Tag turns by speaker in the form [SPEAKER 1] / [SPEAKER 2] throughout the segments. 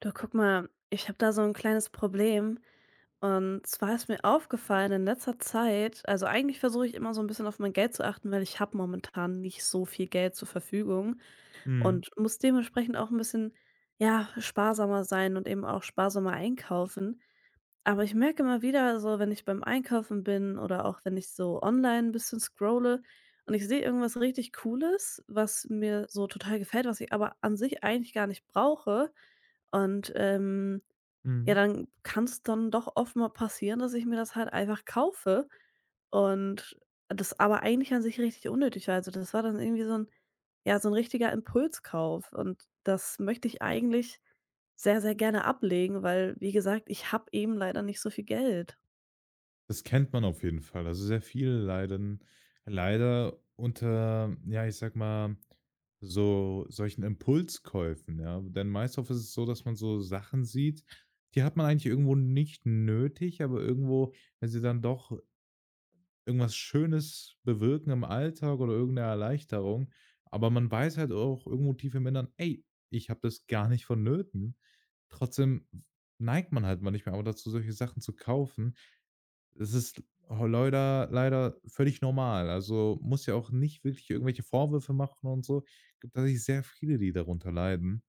[SPEAKER 1] Du, guck mal, ich habe da so ein kleines Problem. Und zwar ist mir aufgefallen in letzter Zeit, also, eigentlich versuche ich immer so ein bisschen auf mein Geld zu achten, weil ich habe momentan nicht so viel Geld zur Verfügung
[SPEAKER 2] Mhm,
[SPEAKER 1] und muss dementsprechend auch ein bisschen, ja, sparsamer sein und eben auch sparsamer einkaufen. Aber ich merke immer wieder so, wenn ich beim Einkaufen bin oder auch wenn ich so online ein bisschen scrolle und ich sehe irgendwas richtig Cooles, was mir so total gefällt, was ich aber an sich eigentlich gar nicht brauche und, ja,
[SPEAKER 2] mhm.
[SPEAKER 1] dann kann es dann doch oft mal passieren, dass ich mir das halt einfach kaufe und das aber eigentlich an sich richtig unnötig war. Also, das war dann irgendwie so ein, ja, so ein richtiger Impulskauf und das möchte ich eigentlich sehr, sehr gerne ablegen, weil, wie gesagt, ich habe eben leider nicht so viel Geld.
[SPEAKER 2] Das kennt man auf jeden Fall. Also, sehr viele leiden leider unter, ja, ich sag mal, so solchen Impulskäufen, ja? Denn meist oft ist es so, dass man so Sachen sieht, die hat man eigentlich irgendwo nicht nötig, aber irgendwo, wenn sie dann doch irgendwas Schönes bewirken im Alltag oder irgendeine Erleichterung, aber man weiß halt auch irgendwo tief im Inneren: „Ey, ich habe das gar nicht vonnöten." Trotzdem neigt man halt manchmal aber dazu, solche Sachen zu kaufen. Es ist ho leider leider völlig normal. Also, muss ja auch nicht wirklich irgendwelche Vorwürfe machen und so. Gibt tatsächlich sehr viele, die darunter leiden.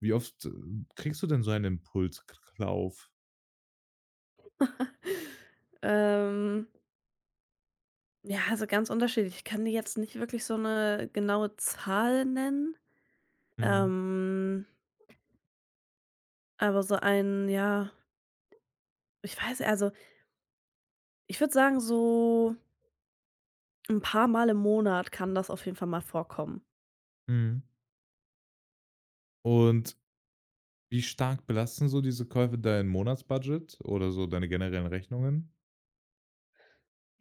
[SPEAKER 2] Wie oft, kriegst du denn so einen Impulskauf?
[SPEAKER 1] Ähm, ja, also, ganz unterschiedlich. Ich kann dir jetzt nicht wirklich so eine genaue Zahl nennen,
[SPEAKER 2] Mhm,
[SPEAKER 1] ähm, aber so ein, ja, ich weiß, also, ich würde sagen, so ein paar Mal im Monat kann das auf jeden Fall mal vorkommen.
[SPEAKER 2] mhm. Und wie stark belasten so diese Käufe dein Monatsbudget oder so deine generellen Rechnungen?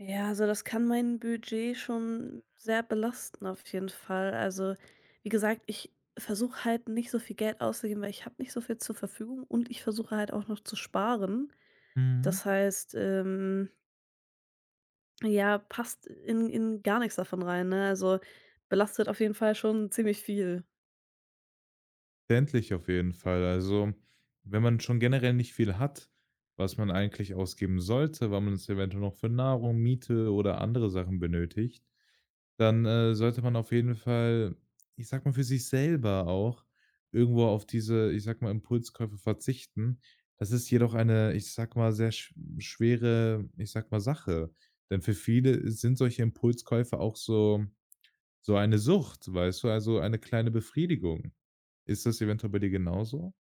[SPEAKER 1] Ja, also das kann mein Budget schon sehr belasten auf jeden Fall. Also, wie gesagt, ich versuche halt nicht so viel Geld auszugeben, weil ich habe nicht so viel zur Verfügung und ich versuche halt auch noch zu sparen.
[SPEAKER 2] Mhm.
[SPEAKER 1] Das heißt, ja, passt in gar nichts davon rein, ne? Also, belastet auf jeden Fall schon ziemlich viel.
[SPEAKER 2] Verständlich auf jeden Fall. Also, wenn man schon generell nicht viel hat, was man eigentlich ausgeben sollte, weil man es eventuell noch für Nahrung, Miete oder andere Sachen benötigt, dann, sollte man auf jeden Fall, ich sag mal, für sich selber auch irgendwo auf diese, ich sag mal, Impulskäufe verzichten. Das ist jedoch eine, ich sag mal, sehr schwere, ich sag mal, Sache. Denn für viele sind solche Impulskäufe auch so eine Sucht, weißt du, also eine kleine Befriedigung. Ist das eventuell bei dir genauso?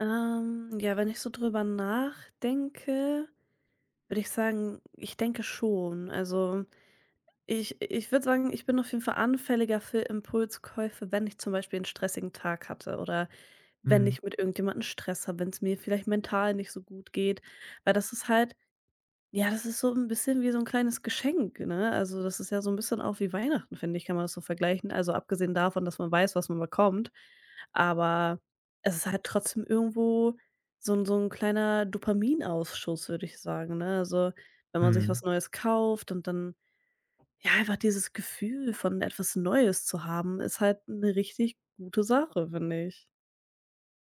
[SPEAKER 1] Ja, wenn ich so drüber nachdenke, würde ich sagen, ich denke schon. Also, ich würde sagen, ich bin auf jeden Fall anfälliger für Impulskäufe, wenn ich zum Beispiel einen stressigen Tag hatte oder wenn
[SPEAKER 2] Mhm,
[SPEAKER 1] ich mit irgendjemandem Stress habe, wenn es mir vielleicht mental nicht so gut geht. Weil das ist halt, ja, das ist so ein bisschen wie so ein kleines Geschenk, ne? Also, das ist ja so ein bisschen auch wie Weihnachten, finde ich, kann man das so vergleichen. Also, abgesehen davon, dass man weiß, was man bekommt, aber es ist halt trotzdem irgendwo so ein, so 'n kleiner Dopaminausschuss, würde ich sagen, ne? Also, wenn man sich was
[SPEAKER 2] mhm.
[SPEAKER 1] Neues kauft und dann, ja, einfach dieses Gefühl von etwas Neues zu haben, ist halt eine richtig gute Sache, finde ich.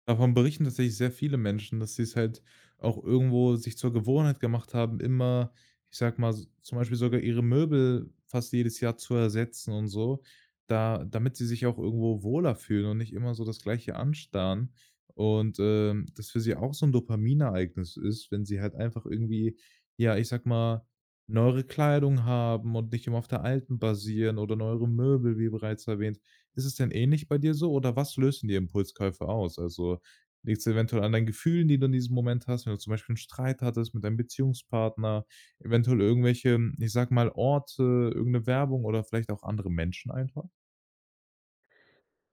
[SPEAKER 2] Davon berichten tatsächlich sehr viele Menschen, dass sie es halt auch irgendwo sich zur Gewohnheit gemacht haben, immer, ich sag mal, s zum Beispiel sogar ihre Möbel fast jedes Jahr zu ersetzen und so, da damit sie sich auch irgendwo wohler fühlen und nicht immer so das Gleiche anstarren. Und, das für sie auch so ein Dopaminereignis ist, wenn sie halt einfach irgendwie, ja, ich sag mal, neuere Kleidung haben und nicht immer auf der alten basieren oder neuere Möbel, wie bereits erwähnt. Ist es denn ähnlich bei dir so oder was lösen die Impulskäufe aus? Also, liegt es eventuell an deinen Gefühlen, die du in diesem Moment hast, wenn du zum Beispiel einen Streit hattest mit deinem Beziehungspartner, eventuell irgendwelche, ich sag mal, Orte, irgendeine Werbung oder vielleicht auch andere Menschen einfach?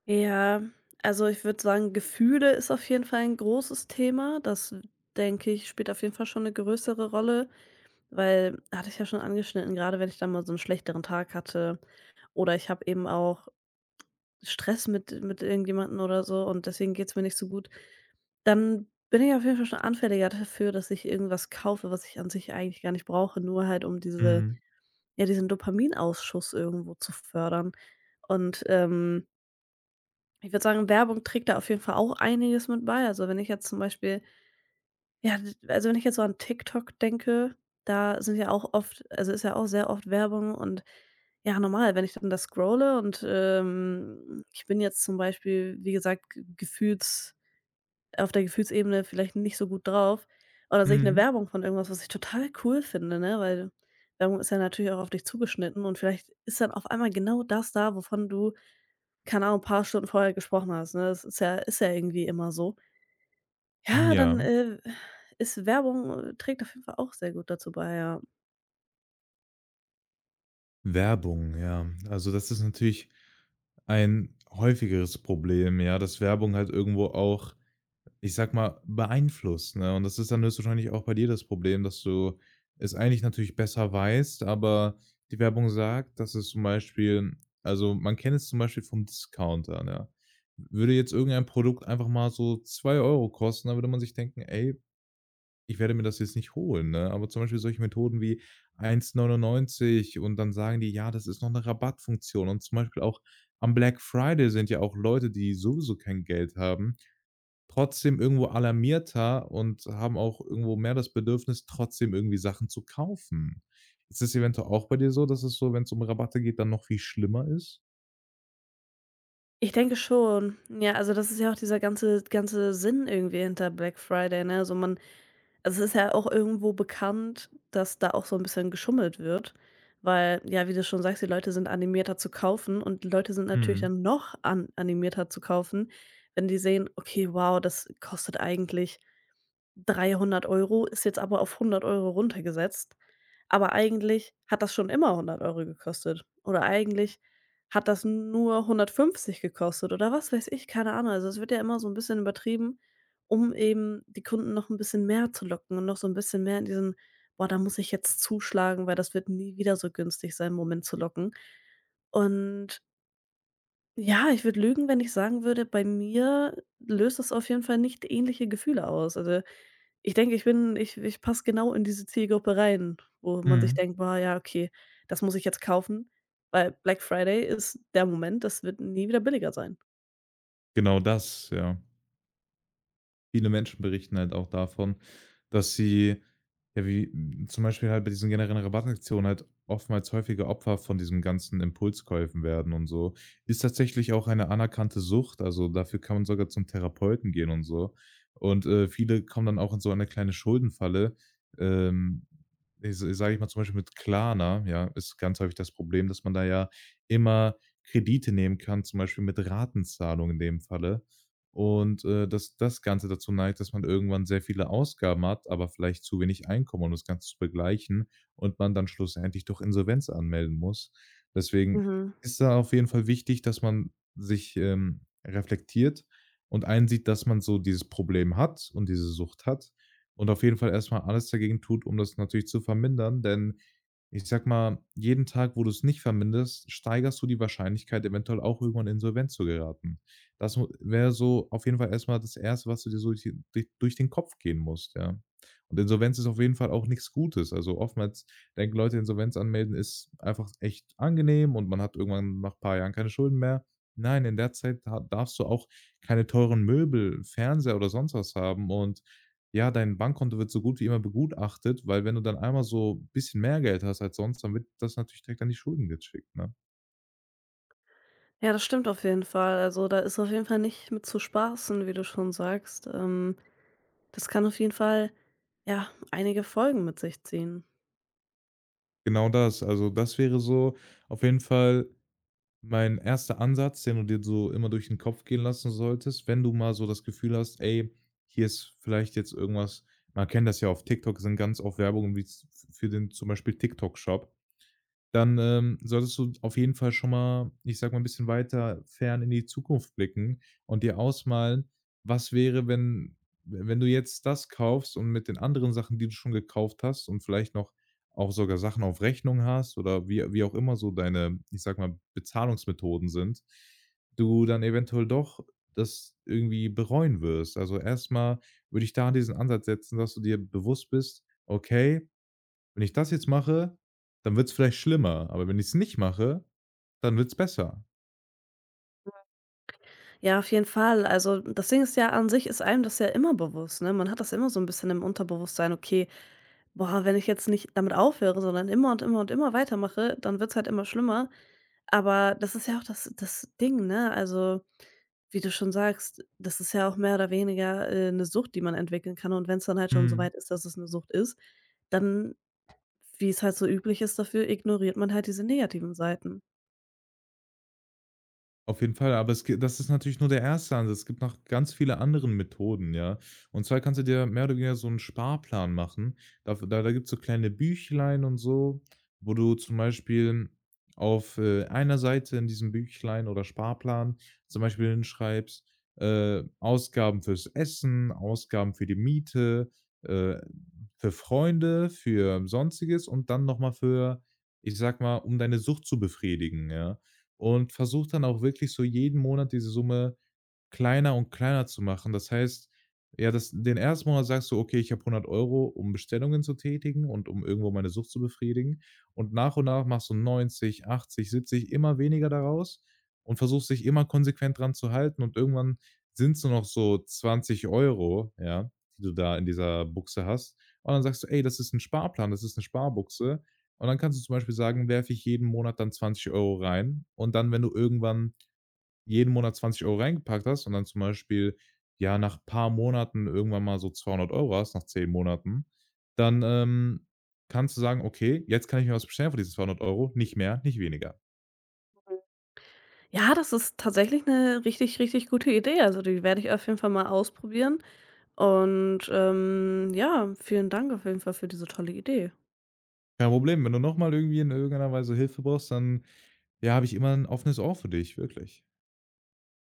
[SPEAKER 1] Ja, also, ich würde sagen, Gefühle ist auf jeden Fall ein großes Thema. Das, denke ich, spielt auf jeden Fall schon eine größere Rolle, weil, hatte ich ja schon angeschnitten, gerade wenn ich dann mal so einen schlechteren Tag hatte oder ich habe eben auch Stress mit irgendjemandem oder so und deswegen geht's mir nicht so gut, dann bin ich auf jeden Fall schon anfälliger dafür, dass ich irgendwas kaufe, was ich an sich eigentlich gar nicht brauche, nur halt um diese,
[SPEAKER 2] Mhm.
[SPEAKER 1] ja, diesen Dopaminausschuss irgendwo zu fördern. Und, ich würde sagen, Werbung trägt da auf jeden Fall auch einiges mit bei. Also, wenn ich jetzt zum Beispiel, ja, also, wenn ich jetzt so an TikTok denke, da sind ja auch oft, also, ist ja auch sehr oft Werbung und, ja, normal, wenn ich dann da scrolle und, ich bin jetzt zum Beispiel, wie gesagt, gefühlt auf der Gefühlsebene vielleicht nicht so gut drauf, oder sehe ich eine
[SPEAKER 2] Mhm.
[SPEAKER 1] Werbung von irgendwas, was ich total cool finde, ne, weil Werbung ist ja natürlich auch auf dich zugeschnitten und vielleicht ist dann auf einmal genau das da, wovon du, keine Ahnung, ein paar Stunden vorher gesprochen hast, ne? Das ist ja irgendwie immer so. Ja,
[SPEAKER 2] Ja,
[SPEAKER 1] dann, ist Werbung, trägt auf jeden Fall auch sehr gut dazu bei, ja.
[SPEAKER 2] Werbung, ja. Also, das ist natürlich ein häufigeres Problem, ja, dass Werbung halt irgendwo auch ich sag mal, beeinflusst, ne? Und das ist dann höchstwahrscheinlich auch bei dir das Problem, dass du es eigentlich natürlich besser weißt, aber die Werbung sagt, dass es zum Beispiel also man kennt es zum Beispiel vom Discounter, ne? Würde jetzt irgendein Produkt einfach mal so 2 € kosten, dann würde man sich denken: „Ey, ich werde mir das jetzt nicht holen", ne? Aber zum Beispiel solche Methoden wie 1,99 € und dann sagen die: „Ja, das ist noch eine Rabattfunktion." Und zum Beispiel auch am Black Friday sind ja auch Leute, die sowieso kein Geld haben trotzdem irgendwo alarmierter und haben auch irgendwo mehr das Bedürfnis, trotzdem irgendwie Sachen zu kaufen. Ist es eventuell auch bei dir so, dass es so, wenn es um Rabatte geht, dann noch viel schlimmer ist?
[SPEAKER 1] Ich denke schon. Ja, also das ist ja auch dieser ganze Sinn irgendwie hinter Black Friday, ne? Also, man... Also, es ist ja auch irgendwo bekannt, dass da auch so ein bisschen geschummelt wird, weil, ja, wie du schon sagst, die Leute sind animierter zu kaufen und die Leute sind natürlich
[SPEAKER 2] Mhm,
[SPEAKER 1] dann noch an animierter zu kaufen, wenn die sehen: „Okay, wow, das kostet eigentlich 300 Euro, ist jetzt aber auf 100 Euro runtergesetzt.“ Aber eigentlich hat das schon immer 100 Euro gekostet oder eigentlich hat das nur 150 gekostet oder was weiß ich, keine Ahnung. Also, es wird ja immer so ein bisschen übertrieben, um eben die Kunden noch ein bisschen mehr zu locken und noch so ein bisschen mehr in diesen: „Boah, da muss ich jetzt zuschlagen, weil das wird nie wieder so günstig sein“, Moment zu locken. Und, ja, ich würde lügen, wenn ich sagen würde, bei mir löst das auf jeden Fall nicht ähnliche Gefühle aus. Also, ich denke, ich bin ich ich passe genau in diese Zielgruppe rein, wo man sich
[SPEAKER 2] mhm.
[SPEAKER 1] denkt: „Boah, ja, okay, das muss ich jetzt kaufen, weil Black Friday ist der Moment, das wird nie wieder billiger sein.“
[SPEAKER 2] Genau das, ja. Viele Menschen berichten halt auch davon, dass sie, ja, zum Beispiel halt bei diesen generellen Rabattaktionen halt oftmals häufige Opfer von diesen ganzen Impulskäufen werden und so. Ist tatsächlich auch eine anerkannte Sucht, also dafür kann man sogar zum Therapeuten gehen und so. Und, viele kommen dann auch in so eine kleine Schuldenfalle. Ähm, sage ich mal zum Beispiel mit Klarna, ja, ist ganz häufig das Problem, dass man da ja immer Kredite nehmen kann, zum Beispiel mit Ratenzahlung in dem Falle. Und, dass das Ganze dazu neigt, dass man irgendwann sehr viele Ausgaben hat, aber vielleicht zu wenig Einkommen, um das Ganze zu begleichen und man dann schlussendlich doch Insolvenz anmelden muss. Deswegen
[SPEAKER 1] Mhm.
[SPEAKER 2] ist da auf jeden Fall wichtig, dass man sich, reflektiert und einsieht, dass man so dieses Problem hat und diese Sucht hat und auf jeden Fall erstmal alles dagegen tut, um das natürlich zu vermindern, denn ich sag mal, jeden Tag, wo du es nicht vermindest, steigerst du die Wahrscheinlichkeit, eventuell auch irgendwann insolvent zu geraten. Das wäre so auf jeden Fall erst mal das Erste, was du dir so durch durch den Kopf gehen musst, ja. Und Insolvenz ist auf jeden Fall auch nichts Gutes. Also, oftmals denken Leute, Insolvenz anmelden ist einfach echt angenehm und man hat irgendwann nach ein paar Jahren keine Schulden mehr. Nein, in der Zeit da darfst du auch keine teuren Möbel, Fernseher oder sonst was haben und ja, dein Bankkonto wird so gut wie immer begutachtet, weil wenn du dann einmal so ein bisschen mehr Geld hast als sonst, dann wird das natürlich direkt an die Schulden geschickt, ne?
[SPEAKER 1] Ja, das stimmt auf jeden Fall. Also, da ist auf jeden Fall nicht mit zu spaßen, wie du schon sagst. Das kann auf jeden Fall, ja, einige Folgen mit sich ziehen.
[SPEAKER 2] Genau das. Also, das wäre so auf jeden Fall mein erster Ansatz, den du dir so immer durch den Kopf gehen lassen solltest, wenn du mal so das Gefühl hast: „Ey, hier ist vielleicht jetzt irgendwas" man kennt das ja auf TikTok, sind ganz oft Werbungen wie's f für den zum Beispiel TikTok Shop, dann, solltest du auf jeden Fall schon mal, ich sage mal, ein bisschen weiter fern in die Zukunft blicken und dir ausmalen, was wäre, wenn du jetzt das kaufst und mit den anderen Sachen, die du schon gekauft hast und vielleicht noch auch sogar Sachen auf Rechnung hast oder wie auch immer so deine, ich sage mal, Bezahlungsmethoden sind, du dann eventuell doch das irgendwie bereuen wirst. Also, erstmal würde ich da diesen Ansatz setzen, dass du dir bewusst bist: „Okay, wenn ich das jetzt mache, dann wird es vielleicht schlimmer, aber wenn ich es nicht mache, dann wird es besser.
[SPEAKER 1] Ja, auf jeden Fall. Also, das Ding ist, ja, an sich ist einem das ja immer bewusst, ne? Man hat das immer so ein bisschen im Unterbewusstsein: „Okay, boah, wenn ich jetzt nicht damit aufhöre, sondern immer und immer und immer weitermache, dann wird's halt immer schlimmer.“ Aber das ist ja auch das Ding, ne? Also, wie du schon sagst, das ist ja auch mehr oder weniger, 'ne Sucht, die man entwickeln kann. Und wenn's dann halt schon so weit ist, dass es eine Sucht ist, dann, wie es halt so üblich ist dafür, ignoriert man halt diese negativen Seiten.
[SPEAKER 2] Auf jeden Fall, aber es ge das ist natürlich nur der erste Ansatz. Es gibt noch ganz viele anderen Methoden, ja. Und zwar kannst du dir mehr oder weniger so einen Sparplan machen. Daf da da gibt's so kleine Büchlein und so, wo du zum Beispiel auf, einer Seite in diesem Büchlein oder Sparplan zum Beispiel hinschreibst, Ausgaben fürs Essen, Ausgaben für die Miete, äh, für Freunde, für Sonstiges und dann noch mal für, ich sag mal, um deine Sucht zu befriedigen, ja und versuche dann auch wirklich so jeden Monat diese Summe kleiner und kleiner zu machen. Das heißt, ja, das den ersten Monat sagst du: „Okay, ich habe hundert Euro, um Bestellungen zu tätigen und um irgendwo meine Sucht zu befriedigen." Und nach machst du 90, 80, 70 immer weniger daraus und versuchst dich immer konsequent dran zu halten und irgendwann sind es nur noch so 20 Euro, ja, die du da in dieser Buchse hast. Und dann sagst du: „Ey, das ist ein Sparplan, das ist eine Sparbuchse." Und dann kannst du zum Beispiel sagen: „Werfe ich jeden Monat dann 20 € rein" und dann, wenn du irgendwann jeden Monat 20 € reingepackt hast und dann zum Beispiel, ja, nach ein paar Monaten irgendwann mal so 200 € hast, nach 10 Monaten, dann, kannst du sagen: „Okay, jetzt kann ich mir was bestellen für diese 200 € nicht mehr, nicht weniger."
[SPEAKER 1] Ja, das ist tatsächlich eine richtig, richtig gute Idee. Also, die werde ich auf jeden Fall mal ausprobieren und, ja, vielen Dank auf jeden Fall für diese tolle Idee.
[SPEAKER 2] Kein Problem, wenn du noch mal irgendwie in irgendeiner Weise Hilfe brauchst, dann, ja, habe ich immer 'n offenes Ohr für dich, wirklich.